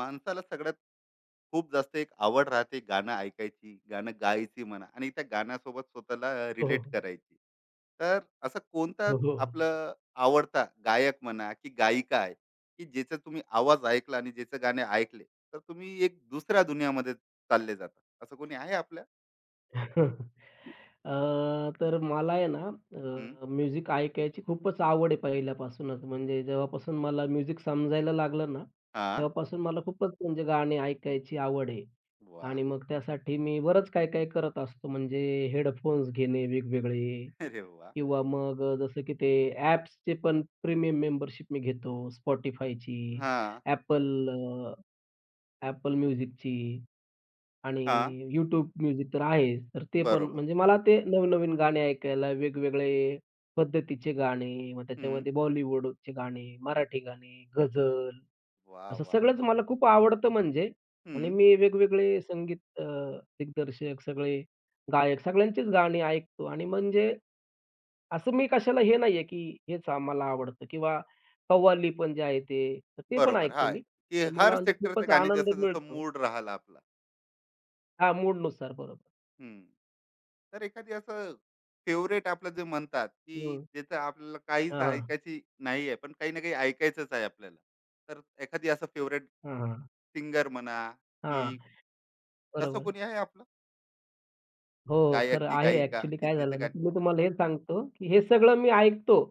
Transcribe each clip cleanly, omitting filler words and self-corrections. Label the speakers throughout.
Speaker 1: माणसाला सगळ्यात खूप जास्त एक आवड राहते गाणं ऐकायची, गाणं गायची म्हणा आणि त्या गाण्यासोबत स्वतःला
Speaker 2: हो,
Speaker 1: रिलेट करायची. तर असं कोणता
Speaker 2: हो, हो.
Speaker 1: आपलं आवडता गायक म्हणा की गायिका आहे, की ज्याचा तुम्ही आवाज ऐकला आणि ज्याचे गाणे ऐकले, तर तुम्ही एक दुसऱ्या दुनियामध्ये चालले जाता. असं कोणी आहे आपल्या?
Speaker 2: अ, तर मला आहे ना
Speaker 1: हं.
Speaker 2: म्युझिक ऐकायची खूपच आवड आहे पहिल्यापासूनच. म्हणजे जेव्हापासून मला म्युझिक समजायला लागलं ना,
Speaker 1: हां.
Speaker 2: तेव्हापासून मला खूपच म्हणजे गाणी ऐकायची आवड आहे.
Speaker 1: वाह!
Speaker 2: आणि मग त्यासाठी मी बरंच काय-काय करत असतो. म्हणजे हेडफोन्स घेणे वेगवेगळे
Speaker 1: अरे वाह!
Speaker 2: किंवा मग जसं की ते ॲप्सचे पण प्रीमियम मेंबरशिप मी घेतो Spotifyची,
Speaker 1: हां,
Speaker 2: Apple म्युझिकची.
Speaker 1: हां.
Speaker 2: आणि YouTube म्युझिक तर आहेच. तर ते पण
Speaker 1: बरोबर.
Speaker 2: म्हणजे मला ते नवनवीन गाणे ऐकायला, वेगवेगळे पद्धतीचे गाणे, मग
Speaker 1: हं.
Speaker 2: त्याच्यामध्ये बॉलिवूडचे गाणे, मराठी गाणे, गझल
Speaker 1: वाह,
Speaker 2: असं
Speaker 1: वाह,
Speaker 2: सगळंच
Speaker 1: वाह!
Speaker 2: मला खूप आवडतं म्हणजे आणि
Speaker 1: हं.
Speaker 2: मी वेगवेगळे संगीत दिग्दर्शक, सगळे गायक सगळ्यांचीच गाणी ऐकतो आणि म्हणजे असं मी कशाला हे नाहीये, की हेच मला आवडतं किंवा कव्वाली पण जे आहे ते, तर ते पण
Speaker 1: बरोबर.
Speaker 2: ऐकतो
Speaker 1: हां,
Speaker 2: मी.
Speaker 1: की
Speaker 2: तर मला
Speaker 1: हर
Speaker 2: म्हणजे
Speaker 1: सेक्टरचे
Speaker 2: खूपच
Speaker 1: गाणे
Speaker 2: आनंद
Speaker 1: जसं-जसं
Speaker 2: मिळतो.
Speaker 1: मूड राहिला आपला.
Speaker 2: हां, मूडनुसार बरोबर.
Speaker 1: हम्म. तर एखादी असं फेवरेट आपलं जे म्हणतात की
Speaker 2: हं.
Speaker 1: ज्याचं आपल्याला काहीच
Speaker 2: हां, हां.
Speaker 1: ऐकायची नाही आहे पण काही ना काही ऐकायचंच आहे आपल्याला तर एखादी असं फेवरेट
Speaker 2: हां, हां.
Speaker 1: सिंगर म्हणा की
Speaker 2: हां.
Speaker 1: तसं
Speaker 2: बरोबर.
Speaker 1: कोणी आहे आपलं
Speaker 2: हो, हो.
Speaker 1: गायक
Speaker 2: खरं
Speaker 1: की
Speaker 2: आहे
Speaker 1: गायिका
Speaker 2: ॲक्चुअली
Speaker 1: की
Speaker 2: काय
Speaker 1: जिचं
Speaker 2: झालं ना,
Speaker 1: गाणं
Speaker 2: तर मी तुम्हाला हे सांगतो, की हे सगळं मी ऐकतो.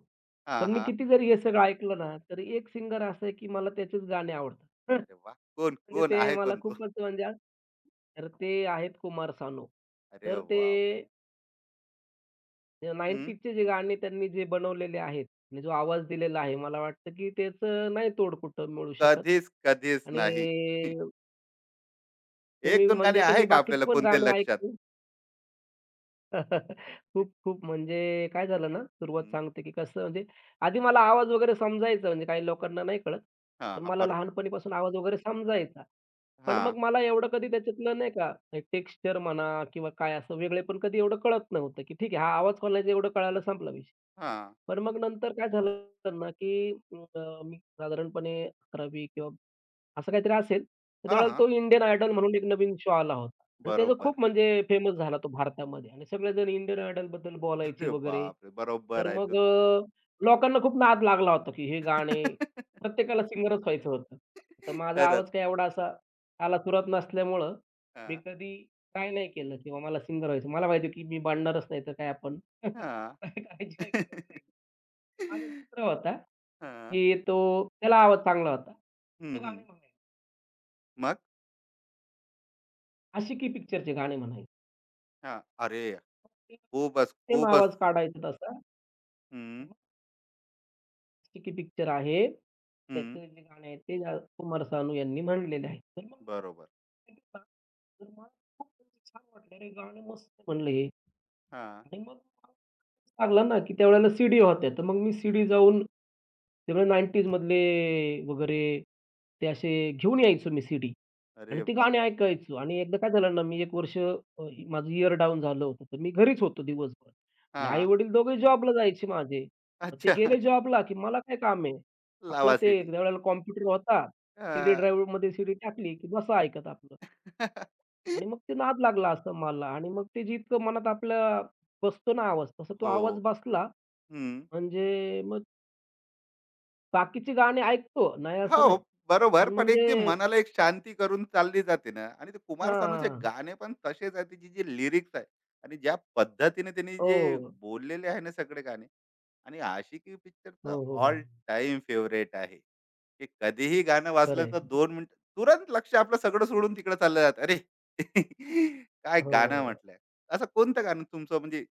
Speaker 1: हा
Speaker 2: पण मी
Speaker 1: हा
Speaker 2: किती जरी हे सगळं ऐकलं ना, तरी एक सिंगर असा आहे, की मला त्याचेच गाणे आवडतात.
Speaker 1: अरे वा कोण
Speaker 2: म्हणजे
Speaker 1: कोण
Speaker 2: ते
Speaker 1: आहे
Speaker 2: मला
Speaker 1: कोण तो
Speaker 2: खूपच म्हणजे तर ते आहेत कुमार सानू.
Speaker 1: अरे
Speaker 2: तर ते
Speaker 1: वा वा हम्म.
Speaker 2: 90चे जे गाणे त्यांनी जे बनवलेले आहेत आणि जो आवाज दिलेला आहे, मला वाटतं, की त्याचं नाही तोड कुठं मिळू शकत.
Speaker 1: कधीच कधीच नाही
Speaker 2: आणि
Speaker 1: एक
Speaker 2: तुम्ही
Speaker 1: दोन गाणे
Speaker 2: म्हणजे आता
Speaker 1: आहे
Speaker 2: मी
Speaker 1: का आपल्याला
Speaker 2: बाकीची पण
Speaker 1: कोणते
Speaker 2: गाणी
Speaker 1: लक्षात
Speaker 2: ऐकतो खूप, खूप म्हणजे काय झालं ना, सुरुवात
Speaker 1: हम्म.
Speaker 2: सांगते, की कसं म्हणजे आधी मला आवाज वगैरे समजायचा, म्हणजे काही लोकांना नाही कळत.
Speaker 1: हा
Speaker 2: पण
Speaker 1: हा
Speaker 2: मला
Speaker 1: बरोबर
Speaker 2: लहानपणीपासून आवाज वगैरे समजायचा. पण
Speaker 1: हा
Speaker 2: मग मला एवढं कधी त्याच्यातलं नाही का, टेक्स्चर म्हणा किंवा काय असं वेगळे पण कधी एवढं कळत नव्हतं, की ठीक आहे हा आवाज कोणाचा एवढं कळायला संपला विषय.
Speaker 1: हा
Speaker 2: पण मग नंतर काय झालं ना, की मी साधारणपणे 11वी किंवा असं काहीतरी असेल. तर
Speaker 1: हा
Speaker 2: त्यावेळेला
Speaker 1: हा
Speaker 2: तो इंडियन आयडॉल म्हणून एक नवीन शो आला होता. आणि त्याचा
Speaker 1: बरोबर
Speaker 2: खूप म्हणजे फेमस झाला तो भारतामध्ये आणि सगळेजण इंडियन आयडॉलबद्दल बोलायचे
Speaker 1: अरे
Speaker 2: वगैरे.
Speaker 1: बापरे
Speaker 2: तर
Speaker 1: बरोबर आहे
Speaker 2: मग
Speaker 1: तू
Speaker 2: लोकांना खूप नाद लागला होता, की हे गाणे प्रत्येकाला सिंगरच व्हायचं होतं. तर माझा
Speaker 1: खरंच.
Speaker 2: आवाज काही एवढा असा तालासुरात नसल्यामुळं मी
Speaker 1: हां,
Speaker 2: कधी ट्राय नाही केलं किंवा मला सिंगर व्हायचं. मला माहिती की मी भांडणारच नाही तर काय आपण
Speaker 1: हां.
Speaker 2: काय करायची गरज नाही. माझा मित्र होता,
Speaker 1: हां.
Speaker 2: की तो त्याला आवाज चांगला होता.
Speaker 1: हं,
Speaker 2: तो
Speaker 1: हं.
Speaker 2: गाणे म्हणायचा.
Speaker 1: मग?
Speaker 2: आशिकी पिक्चरचे गाणे म्हणायचे.
Speaker 1: हां. अरे, खूपच,
Speaker 2: सेम
Speaker 1: खूपच.
Speaker 2: आवाज काढायचा तसा.
Speaker 1: हं,
Speaker 2: आशिकी पिक्चर आहे.
Speaker 1: हं.
Speaker 2: त्याचे जे गाणे आहेत ते कुमार सानू यांनी म्हणलेले आहेत. तर मग
Speaker 1: बरोबर.
Speaker 2: ते गाणं- तर मला खूप म्हणजे छान वाटलं. अरे गाणं मस्त म्हणलं हे
Speaker 1: हां.
Speaker 2: आणि मग लागला ना, की त्यावेळेला सीडी होत्या. तर मग मी सीडी जाऊन सगळे 90s मधले वगैरे ते असे घेऊन यायचो मी सीडी. आणि
Speaker 1: अरे
Speaker 2: ती
Speaker 1: वाह!
Speaker 2: गाणी ऐकायचो आणि एकदा काय झालं ना, मी एक वर्ष माझं इयर डाउन झालं होतं, तर मी घरीच होतो दिवसभर आणि
Speaker 1: हां.
Speaker 2: आई-वडील दोघेही जॉबला जायचे माझे. मग ते
Speaker 1: अच्छा.
Speaker 2: गेले जॉबला, की मला काय काम आहे? आपलं
Speaker 1: लावा
Speaker 2: ते
Speaker 1: सीडी.
Speaker 2: त्यावेळेला कॉम्प्युटर होता. सीडी
Speaker 1: हां.
Speaker 2: ड्राईव्हमध्ये सीडी टाकली, की बसा ऐकत आपलं आणि मग ते नाद लागला असं मला आणि मग ते जितकं मनात आपल्या बसतो ना आवाज, तसा तो
Speaker 1: हो.
Speaker 2: आवाज बसला
Speaker 1: हं.
Speaker 2: म्हणजे मग बाकीची गाणी ऐकतो, नाही
Speaker 1: हो,
Speaker 2: असं नाही.
Speaker 1: हो. बरोबर.
Speaker 2: पण
Speaker 1: पण
Speaker 2: म्हणजे
Speaker 1: एक जे मनाला एक शांती करून चालली जाते ना आणि ते कुमार सानूचे
Speaker 2: हां.
Speaker 1: गाणे पण तसेच आहेत, त्याची जी लिरिक्स आहे आणि ज्या पद्धतीने त्यांनी जे
Speaker 2: हो.
Speaker 1: बोललेले आहे ना सगळे गाणे आणि आशिकी पिक्चर तर
Speaker 2: हो, हो, हो.
Speaker 1: ऑल टाईम फेव्हरेट आहे, की कधीही गाणं वाजलं
Speaker 2: खरं
Speaker 1: तर 2 मिनिटं तुरंत लक्ष आपलं सगळं सोडून तिकडे चाललं जातं. अरे, काय गाणं
Speaker 2: हो.
Speaker 1: म्हटलंय. असं कोणतं गाणं तुमचं म्हणजे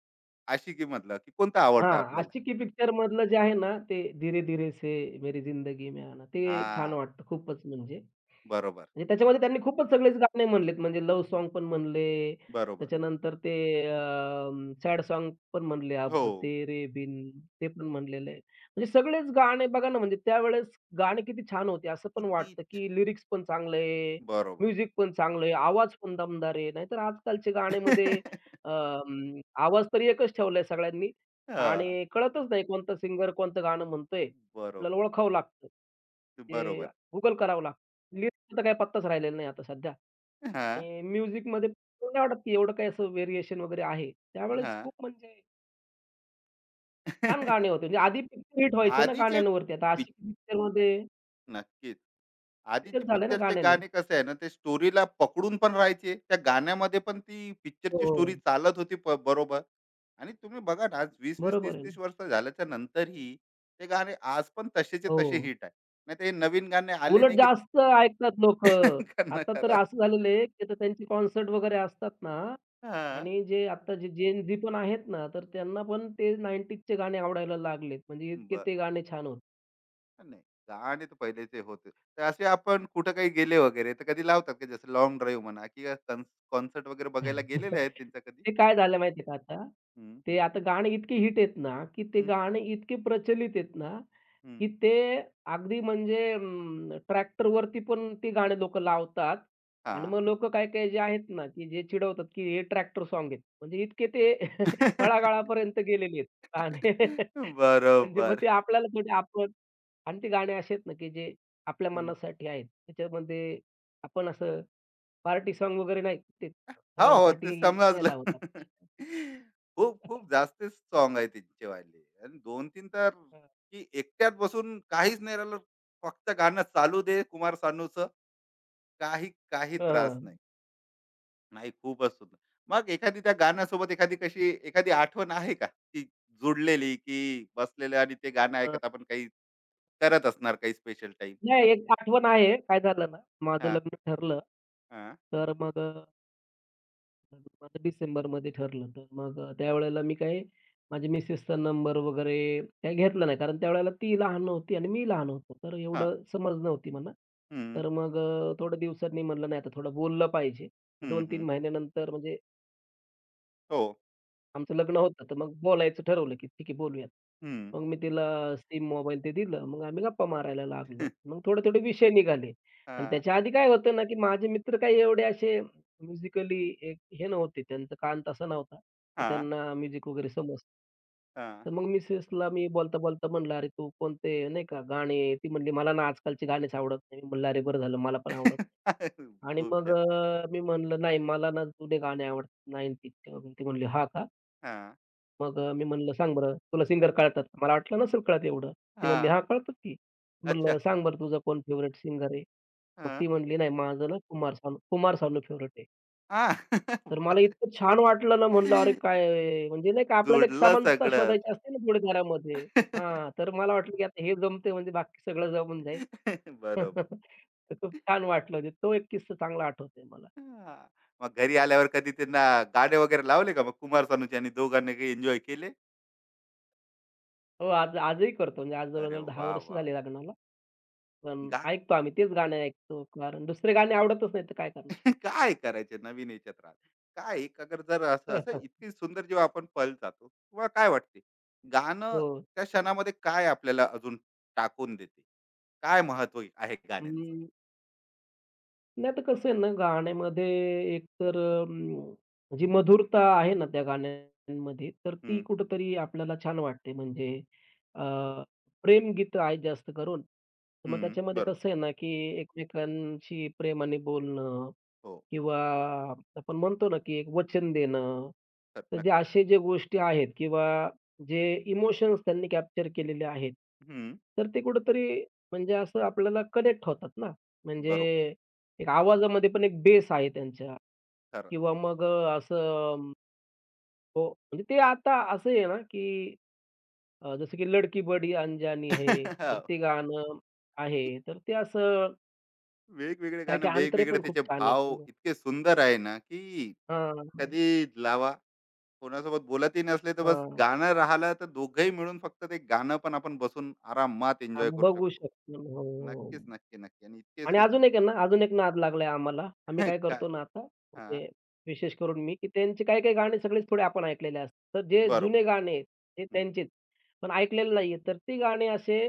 Speaker 1: आशिकीमधलं, की कोणतं आवडतं
Speaker 2: हां,
Speaker 1: आपल्याला?
Speaker 2: आशिकी पिक्चरमधलं जे आहे ना, ते "धीरे धीरे से मेरी जिंदगी में आना" ते छान
Speaker 1: हां,
Speaker 2: वाटतं खूपच म्हणजे.
Speaker 1: बरोबर,
Speaker 2: म्हणजे त्याच्यामध्ये त्यांनी खूपच सगळेच गाणे म्हणलेत, म्हणजे लव्ह सॉन्ग पण म्हणले,
Speaker 1: बरोबर.
Speaker 2: त्याच्यानंतर ते सॅड सॉन्ग पण म्हणले,
Speaker 1: हो.
Speaker 2: अब तेरे बिन ते पण म्हणलेलं आहे. म्हणजे सगळेच गाणे बघा ना, म्हणजे त्यावेळेस गाणे किती छान होते असं पण
Speaker 1: किती
Speaker 2: वाटतं, की लिरिक्स पण चांगलं आहे,
Speaker 1: बरोबर.
Speaker 2: म्युझिक पण चांगलं आहे, आवाज पण दमदार आहे. नाहीतर आजकालच्या गाण्यामध्ये आवाज तर एकच ठेवलाय सगळ्यांनी
Speaker 1: हां.
Speaker 2: आणि कळतच नाही कोणता सिंगर कोणतं गाणं म्हणतोय. आपल्याला
Speaker 1: बरोबर,
Speaker 2: ओळखावं लागतं. ते
Speaker 1: बरोबर.
Speaker 2: Google करावं लागतं. त्याचा काही पत्ताच राहिलेला नाही आता सध्या
Speaker 1: हां,
Speaker 2: आणि म्युझिकमध्ये मला नाही वाटत की एवढं काही असं व्हेरिएशन वगैरे आहे. त्यावेळेस
Speaker 1: हां.
Speaker 2: खूप म्हणजे छान गाणे होते. म्हणजे आधी पिक्चर हिट व्हायचे ना
Speaker 1: आधीचे
Speaker 2: गाण्यांवरती. आता
Speaker 1: पिक
Speaker 2: आशिकी पिक्चरमध्ये
Speaker 1: नक्कीच. आधीचे
Speaker 2: हिटच झाले ना
Speaker 1: पिक्चरचे
Speaker 2: गाण्याने.
Speaker 1: गाणे कसे आहे ना, ते स्टोरीला पकडून पण राहायचे. त्या गाण्यामध्ये पण ती पिक्चरची स्टोरी
Speaker 2: हो.
Speaker 1: चालत होती प बरोबर. आणि तुम्ही बघा ना, आज 20-20,
Speaker 2: बरोबर आहे.
Speaker 1: 30-30
Speaker 2: ना.
Speaker 1: वर्ष झाल्याच्या नंतरही ते गाणे आज पण तसेचे
Speaker 2: हो.
Speaker 1: तसे हिट आहे. नाहीतर हे नवीन गाणे आले
Speaker 2: उलट
Speaker 1: नाही, की
Speaker 2: जास्त ऐकतात लोकं.
Speaker 1: त्यांना
Speaker 2: आता तर
Speaker 1: करा.
Speaker 2: असं झालेलं आहे की आता त्यांचे कॉन्सर्ट वगैरे असतात ना
Speaker 1: हां.
Speaker 2: आणि जे आता जे जेन झी पण आहेत ना, तर त्यांना पण ते 90s गाणे आवडायला लागलेत. म्हणजे इतके ते गाणे छान होते.
Speaker 1: नाही, गाणे तर पहिलेचे होते. तर असे आपण कुठं काही गेले वगैरे तर कधी लावतात का जसं लाँग ड्राईव्ह म्हणा किंवा कॉन्सर्ट वगैरे बघायला गेलेले आहेत त्यांचा कधी?
Speaker 2: ते काय झालं माहिती आहे का आता,
Speaker 1: हं,
Speaker 2: ते आता गाणे इतके हिट आहेत ना, की ते
Speaker 1: हं,
Speaker 2: गाणे इतके प्रचलित आहेत ना, की
Speaker 1: हं.
Speaker 2: ते अगदी म्हणजे ट्रॅक्टरवरती पण ती गाणी लोकं लावतात आणि
Speaker 1: हां.
Speaker 2: मग लोकं काही-काही जे आहेत ना, की जे चिडवतात, की हे ट्रॅक्टर सॉन्ग आहेत. म्हणजे इतके ते तळागाळापर्यंत गेलेले आहेत गाणे. म्हणजे मग
Speaker 1: बरोबर.
Speaker 2: ते आपल्याला थोडी आपण आणि ते गाणे असे आहेत ना, की जे आपल्या
Speaker 1: हं.
Speaker 2: मनासाठी आहेत. त्याच्यामध्ये आपण असं पार्टी सॉन्ग वगैरे नाही ते
Speaker 1: हो, हो, ते
Speaker 2: सगळ्यांसाठी नाही
Speaker 1: समजलं.
Speaker 2: लावत आपण.
Speaker 1: खूप-खूप जास्तच साँग आहे त्यांचेवाले आणि 2-3 तर
Speaker 2: हां.
Speaker 1: की एकट्यात बसून काहीच नाही राहिलं. फक्त गाणं चालू दे कुमार सानूचं. काही काही
Speaker 2: हां,
Speaker 1: त्रास नाही. नाही, खूपच सुंदर. मग एखादी त्या गाण्यासोबत एखादी कशी एखादी आठवण आहे का, की जुडलेली, की बसलेलं आणि ते गाणं ऐकत आपण काही करत असणार काही स्पेशल टाईम?
Speaker 2: नाही एक आठवण आहे. काय झालं ना, माझं
Speaker 1: हां,
Speaker 2: लग्न ठरलं
Speaker 1: हां,
Speaker 2: तर मग माझं डिसेंबरमध्ये ठरलं. तर मग त्यावेळेला मी काय माझ्या मिसेसचा नंबर वगैरे काही घेतला नाही. कारण त्यावेळेला ती लहान नव्हती आणि मी लहान होतो. तर
Speaker 1: हां.
Speaker 2: एवढं समज नव्हती म्हणा.
Speaker 1: हं,
Speaker 2: तर मग थोड्या दिवसांनी म्हणलं नाही आता थोडं बोललं पाहिजे.
Speaker 1: हं, हं.
Speaker 2: 2-3 महिन्यानंतर म्हणजे
Speaker 1: हो.
Speaker 2: आमचं लग्न होतं. तर मग बोलायचं ठरवलं, की ठीक आहे बोलूयात.
Speaker 1: हं.
Speaker 2: मग मी तिला सिम मोबाईल ते दिलं. मग आम्ही गप्पा मारायला लागलो. मग थोडे-थोडे विषय निघाले. आणि
Speaker 1: हां,
Speaker 2: त्याच्या आधी काय होतं ना, की माझे मित्र काही एवढे असे म्युझिकली एक हे नव्हते. त्यांचा कान तसा नव्हता, की
Speaker 1: हां,
Speaker 2: त्यांना म्युझिक वगैरे समजतं.
Speaker 1: हां.
Speaker 2: तर मग मिसेसला मी बोलता-बोलता म्हणलं, "अरे तू कोणते नाही का गाणे" ती म्हणली, "मला ना आजकालची गाणेच आवडत नाही." मी म्हणलं, "अरे बरं झालं मला पण आवडत नाही." आणि
Speaker 1: खूप
Speaker 2: मग
Speaker 1: छान.
Speaker 2: मी म्हणलं, "नाही मला ना जुने गाणे आवडतात 90चे वगैरे." ती म्हणली, "हां का?"
Speaker 1: हां,
Speaker 2: मग मी म्हणलं, "सांग बरं, तुला सिंगर कळतात का?" मला वाटलं नसेल कळत एवढं. ती म्हणली,
Speaker 1: हां.
Speaker 2: "हां, कळतात की."
Speaker 1: अच्छा.
Speaker 2: म्हणलं, "सांग बरं तुझा कोण फेव्हरेट सिंगर आहे?" मग
Speaker 1: हां.
Speaker 2: ती म्हणली, "नाही, माझं ना कुमार सानू कुमार सानू फेव्हरेट आहे." तर
Speaker 1: हां.
Speaker 2: मला इतकं छान वाटलं ना, म्हणलं, "अरे काय!" म्हणजे नाही का आपल्याला एक
Speaker 1: जुडलं
Speaker 2: समानता
Speaker 1: सगळं.
Speaker 2: शोधायची असते ना थोडीफारामध्ये. हां, तर मला वाटलं की आता हे जमतंय म्हणजे बाकी सगळं जमून जाईल.
Speaker 1: बरोबर.
Speaker 2: तर खूप छान वाटलं. म्हणजे तो एक किस्सा चांगला आठवतोय मला.
Speaker 1: हां. मग घरी आल्यावर कधी त्यांना गाणे वगैरे लावले का मग कुमार सानूचे आणि दोघांनी काही एन्जॉय केले?
Speaker 2: हो, आज आजही करतो. म्हणजे आज
Speaker 1: अरे
Speaker 2: जवळ-जवळ दहा
Speaker 1: वाह!
Speaker 2: वर्ष
Speaker 1: वाह!
Speaker 2: झाली लग्नाला. पण
Speaker 1: गा
Speaker 2: ऐकतो आम्ही तेच गाणं ऐकतो कारण दुसरे गाणे आवडतच नाही तर काय करणार?
Speaker 1: काय करायचे नवीन याच्यात राहत. काय एक अगर जर असं असं इतकी सुंदर जेव्हा आपण पल जातो तुम्हाला काय वाटते? गाणं
Speaker 2: हो.
Speaker 1: त्या क्षणामध्ये काय आपल्याला अजून टाकून देते? काय महत्व आहे गाण्यांचं?
Speaker 2: अं, नाही तर कसं आहे ना गाण्यामध्ये एकतर जी मधुरता आहे ना त्या गाण्यांमध्ये तर ती
Speaker 1: हं,
Speaker 2: कुठेतरी आपल्याला छान वाटते. म्हणजे अ, प्रेमगीतं आहेत जास्त करून. तर मग
Speaker 1: हं.
Speaker 2: त्याच्यामध्ये
Speaker 1: बरोबर.
Speaker 2: कसं आहे ना, की एकमेकांशी प्रेमाने बोलणं
Speaker 1: हो.
Speaker 2: किंवा आपण म्हणतो ना, की एक वचन देणं.
Speaker 1: तर
Speaker 2: तर जे
Speaker 1: नक्कीच.
Speaker 2: असे जे गोष्टी आहेत किंवा जे इमोशन्स त्यांनी कॅप्चर केलेले आहेत,
Speaker 1: हं.
Speaker 2: तर ते कुठेतरी म्हणजे असं आपल्याला कनेक्ट होतात ना.
Speaker 1: बरोबर.
Speaker 2: म्हणजे एक आवाजामध्ये पण एक बेस आहे त्यांच्या
Speaker 1: खरं.
Speaker 2: किंवा मग असं अम, हो, म्हणजे ते आता असं आहे ना, की जसं की लडकी बडी अंजानी है, तर ते गाणं आहे. तर ते असं
Speaker 1: वेगवेगळे गाणं
Speaker 2: काही-काही अंतरे
Speaker 1: वेगवेगळे
Speaker 2: पण खूप
Speaker 1: त्याचे
Speaker 2: छान आहेत.
Speaker 1: भाव
Speaker 2: म्हणजे
Speaker 1: इतके सुंदर आहे ना की
Speaker 2: हां, हां,
Speaker 1: कधी लावा कोणासोबत बोलतही नसले तर बस गाणं राहिलं तर दोघंही मिळून फक्त ते गाणं पण आपण बसून आरामात
Speaker 2: हां,
Speaker 1: एन्जॉय करू
Speaker 2: बघू
Speaker 1: शकतो
Speaker 2: शकतो. हो, हो.
Speaker 1: नक्कीच नक्की नक्की आणि इतके
Speaker 2: आणि
Speaker 1: सु
Speaker 2: अजून एक आहे ना, अजून एक नाद लागलाय आम्हाला. आम्ही काय
Speaker 1: काय
Speaker 2: करतो ना आता,
Speaker 1: हा
Speaker 2: म्हणजे विशेष करून मी, की त्यांचे काही काही गाणे सगळेच थोडे आपण ऐकलेले असतात. तर जे
Speaker 1: बरोबर
Speaker 2: जुने गाणे आहेत, ते
Speaker 1: हम्म.
Speaker 2: त्यांचेच, पण ऐकलेले नाहीये. तर ती गाणी असे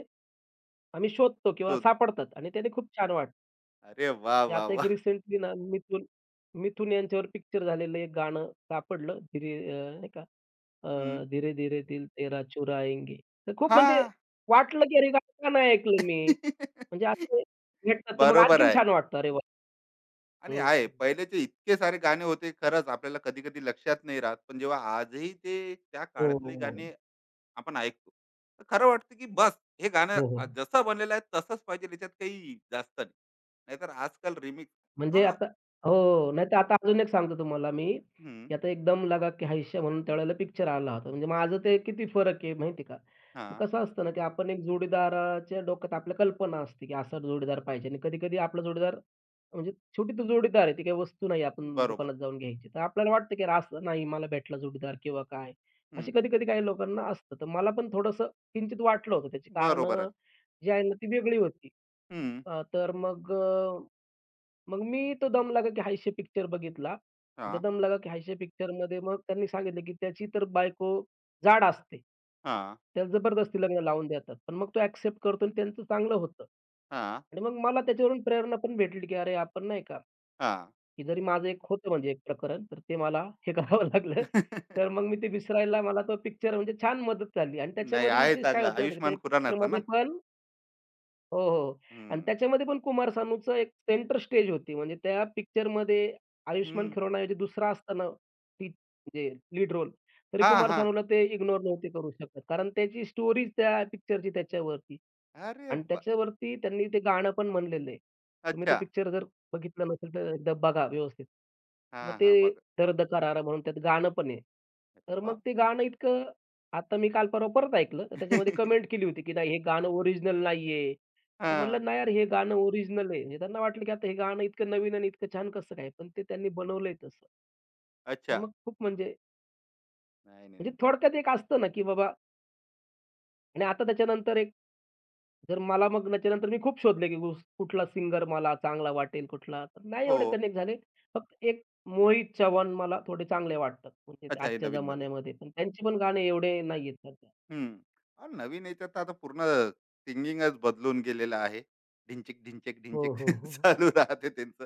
Speaker 2: आम्ही शोधतो किंवा
Speaker 1: शोध
Speaker 2: सापडतात आणि त्याने खूप छान वाटतं.
Speaker 1: अरे वा वा
Speaker 2: आता एक
Speaker 1: वा
Speaker 2: रिसेंटली ना मिथून मिथून यांच्यावर पिक्चर झालेलं एक गाणं सापडलं, धीरे नाही का
Speaker 1: हम्म.
Speaker 2: अ, धीरे-धीरे दिल तेरा चुराएंगे. तर खूप
Speaker 1: हा
Speaker 2: म्हणजे वाटलं, की अरे गाणं का नाही ऐकलं मी? म्हणजे असं भेटतात तर मग
Speaker 1: बरोबर
Speaker 2: आणखीन
Speaker 1: आहे
Speaker 2: छान वाटतं. अरे वाह!
Speaker 1: आणि
Speaker 2: हं,
Speaker 1: आहे पहिलेचे इतके सारे गाणे होते खरंच आपल्याला कधी कधी लक्षात नाही राहत पण जेव्हा आजही ते त्या
Speaker 2: हो, हो,
Speaker 1: काळातले
Speaker 2: हो.
Speaker 1: गाणे आपण ऐकतो. तर खरं वाटतं की बस हे गाणं
Speaker 2: हो, हो.
Speaker 1: जसं बनलेलं आहे तसंच पाहिजे याच्यात काही जास्त नाही. नाहीतर आजकाल रिमिक्स
Speaker 2: म्हणजे
Speaker 1: हां.
Speaker 2: आता हो. नाहीतर आता अजून एक सांगतो तुम्हाला मी,
Speaker 1: हं.
Speaker 2: की आता एक दम लगा के है शे म्हणून त्यावेळेला पिक्चर आला होता. म्हणजे माझं ते किती फरक आहे माहिती का? मग
Speaker 1: हां.
Speaker 2: कसं असतं ना, की आपण एक जोडीदाराच्या डोक्यात आपल्या कल्पना असते, की असा जोडीदार पाहिजे आणि कधी-कधी आपला जोडीदार म्हणजे शेवटी तो जोडीदार आहे. ती काही वस्तू नाही आपण
Speaker 1: बरोबर.
Speaker 2: दुकानात जाऊन घ्यायची. तर आपल्याला वाटतं, की अरे असं नाही मला भेटला जोडीदार किंवा काय.
Speaker 1: हं,
Speaker 2: अशी
Speaker 1: हं.
Speaker 2: कधी-कधी काही लोकांना असतं. तर मला पण थोडंसं किंचित वाटलं होतं. त्याची कारणं
Speaker 1: बरोबरच.
Speaker 2: जी आहे ना, ती वेगळी होती.
Speaker 1: हं.
Speaker 2: तर मग मग मी तो दम लगा की हायशे पिक्चर बघितला. त्या
Speaker 1: हां,
Speaker 2: दम लगा की हायशे पिक्चरमध्ये मग त्यांनी सांगितलं की त्याची तर बायको जाड असते.
Speaker 1: हां,
Speaker 2: त्याला जबरदस्ती लग्न लावून देतात. पण मग तो ॲक्सेप्ट करतो आणि त्यांचं चांगलं होतं.
Speaker 1: हां,
Speaker 2: आणि मग मला त्याच्यावरून प्रेरणा पण भेटली की अरे आपण नाही का,
Speaker 1: हां.
Speaker 2: की जरी माझं एक होतं म्हणजे एक प्रकरण, तर ते मला हे करावं लागलं. तर मग मी ते विसरायला मला तो पिक्चर म्हणजे छान मदत झाली आणि
Speaker 1: नाही
Speaker 2: त्याच्यामध्ये
Speaker 1: आहे
Speaker 2: विशेष काय
Speaker 1: चांगला
Speaker 2: होतं माहिती आहे का, त्या
Speaker 1: आयुष्मान खुरानाचा ना?
Speaker 2: पिक्चरमध्ये पण हो, हो. आणि
Speaker 1: हं.
Speaker 2: त्याच्यामध्ये पण कुमार सानूचं एक सेंटर स्टेज होती. म्हणजे त्या पिक्चरमध्ये आयुष्मान
Speaker 1: हं.
Speaker 2: खुरानाऐवजी दुसरा असताना ती म्हणजे लीड रोल, तरी
Speaker 1: हां,
Speaker 2: कुमार
Speaker 1: हां.
Speaker 2: सानूला ते इग्नोर नव्हते करू शकत. कारण त्याची स्टोरीच त्या पिक्चरची त्याच्यावरती
Speaker 1: अरे
Speaker 2: आणि
Speaker 1: वाह!
Speaker 2: त्याच्यावरती त्यांनी ते गाणं पण म्हणलेलं आहे. तुम्ही तो
Speaker 1: अच्छा.
Speaker 2: पिक्चर जर बघितला नसेल तर एकदा बघा व्यवस्थित. मग
Speaker 1: हां,
Speaker 2: ते
Speaker 1: हां. बघा.
Speaker 2: दर्द करारा म्हणून त्यात गाणं पण आहे.
Speaker 1: अरे
Speaker 2: तर
Speaker 1: वाह!
Speaker 2: मग ते गाणं इतकं आता मी काल परवा परत ऐकलं,
Speaker 1: हां.
Speaker 2: तर त्याच्यामध्ये कमेंट केली होती, की नाही हे गाणं ओरिजिनल नाहीये. मी म्हटलं, "नाही यार, हे गाणं ओरिजिनल आहे." म्हणजे त्यांना वाटलं, की आता हे गाणं इतकं नवीन आणि इतकं छान कसं काय? पण ते त्यांनी बनवलंय तसं. तर
Speaker 1: अच्छा.
Speaker 2: मग खूप म्हणजे
Speaker 1: नाही, नाही, नाही.
Speaker 2: म्हणजे थोडक्यात एक असतं ना, की बाबा आणि आता त्याच्यानंतर एक जर मला मग त्याच्यानंतर मी खूप शोधले, की कुस कुठला सिंगर मला चांगला वाटेल, कुठला तर नाही
Speaker 1: हो.
Speaker 2: एवढे कनेक्ट झाले. फक्त एक मोहित चव्हाण मला थोडे चांगले वाटतात. म्हणजे ते
Speaker 1: अच्छा हे
Speaker 2: आजच्या
Speaker 1: नवीनमध्ये.
Speaker 2: जमान्यामध्ये पण त्यांचे पण गाणे एवढे नाहीयेत सध्या.
Speaker 1: हं. नवीन याच्यात तर आता पूर्ण सिंगिंगच बदलून गेलेलं आहे. ढिंचिक, ढिंचिक,
Speaker 2: हो,
Speaker 1: ढिंचिक
Speaker 2: हो, हो.
Speaker 1: चालू राहते त्यांचं.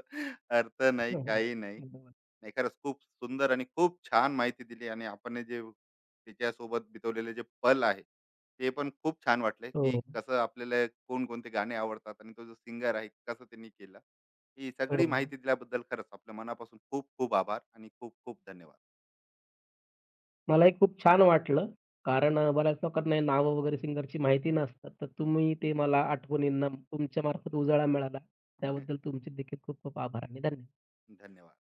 Speaker 1: अर्थ नाही, काही नाही.
Speaker 2: बरोबर.
Speaker 1: नाही खरंच खूप सुंदर आणि खूप छान माहिती दिली आणि आपण हे जे तिच्यासोबत बितवलेले जे पल आहे, ते पण खूप छान वाटले, की
Speaker 2: हो,
Speaker 1: कसं आपल्याला कोणकोणते गाणे आवडतात आणि तो जो सिंगर आहे कसं त्यांनी केलं. ही
Speaker 2: हो.
Speaker 1: सगळी माहिती दिल्याबद्दल खरंच आपल्या मनापासून खूप खूप आभार आणि खूप खूप धन्यवाद.
Speaker 2: मलाही खूप छान वाटलं. कारण बऱ्याच लोकांना हे नावं वगैरे सिंगरची माहिती नसतात. तर तुम्ही ते मला आठवणींना तुमच्यामार्फत उजाळा मिळाला. त्याबद्दल तुमचे देखील खूप खूप आभार आणि धन्यवाद.
Speaker 1: धन्यवाद.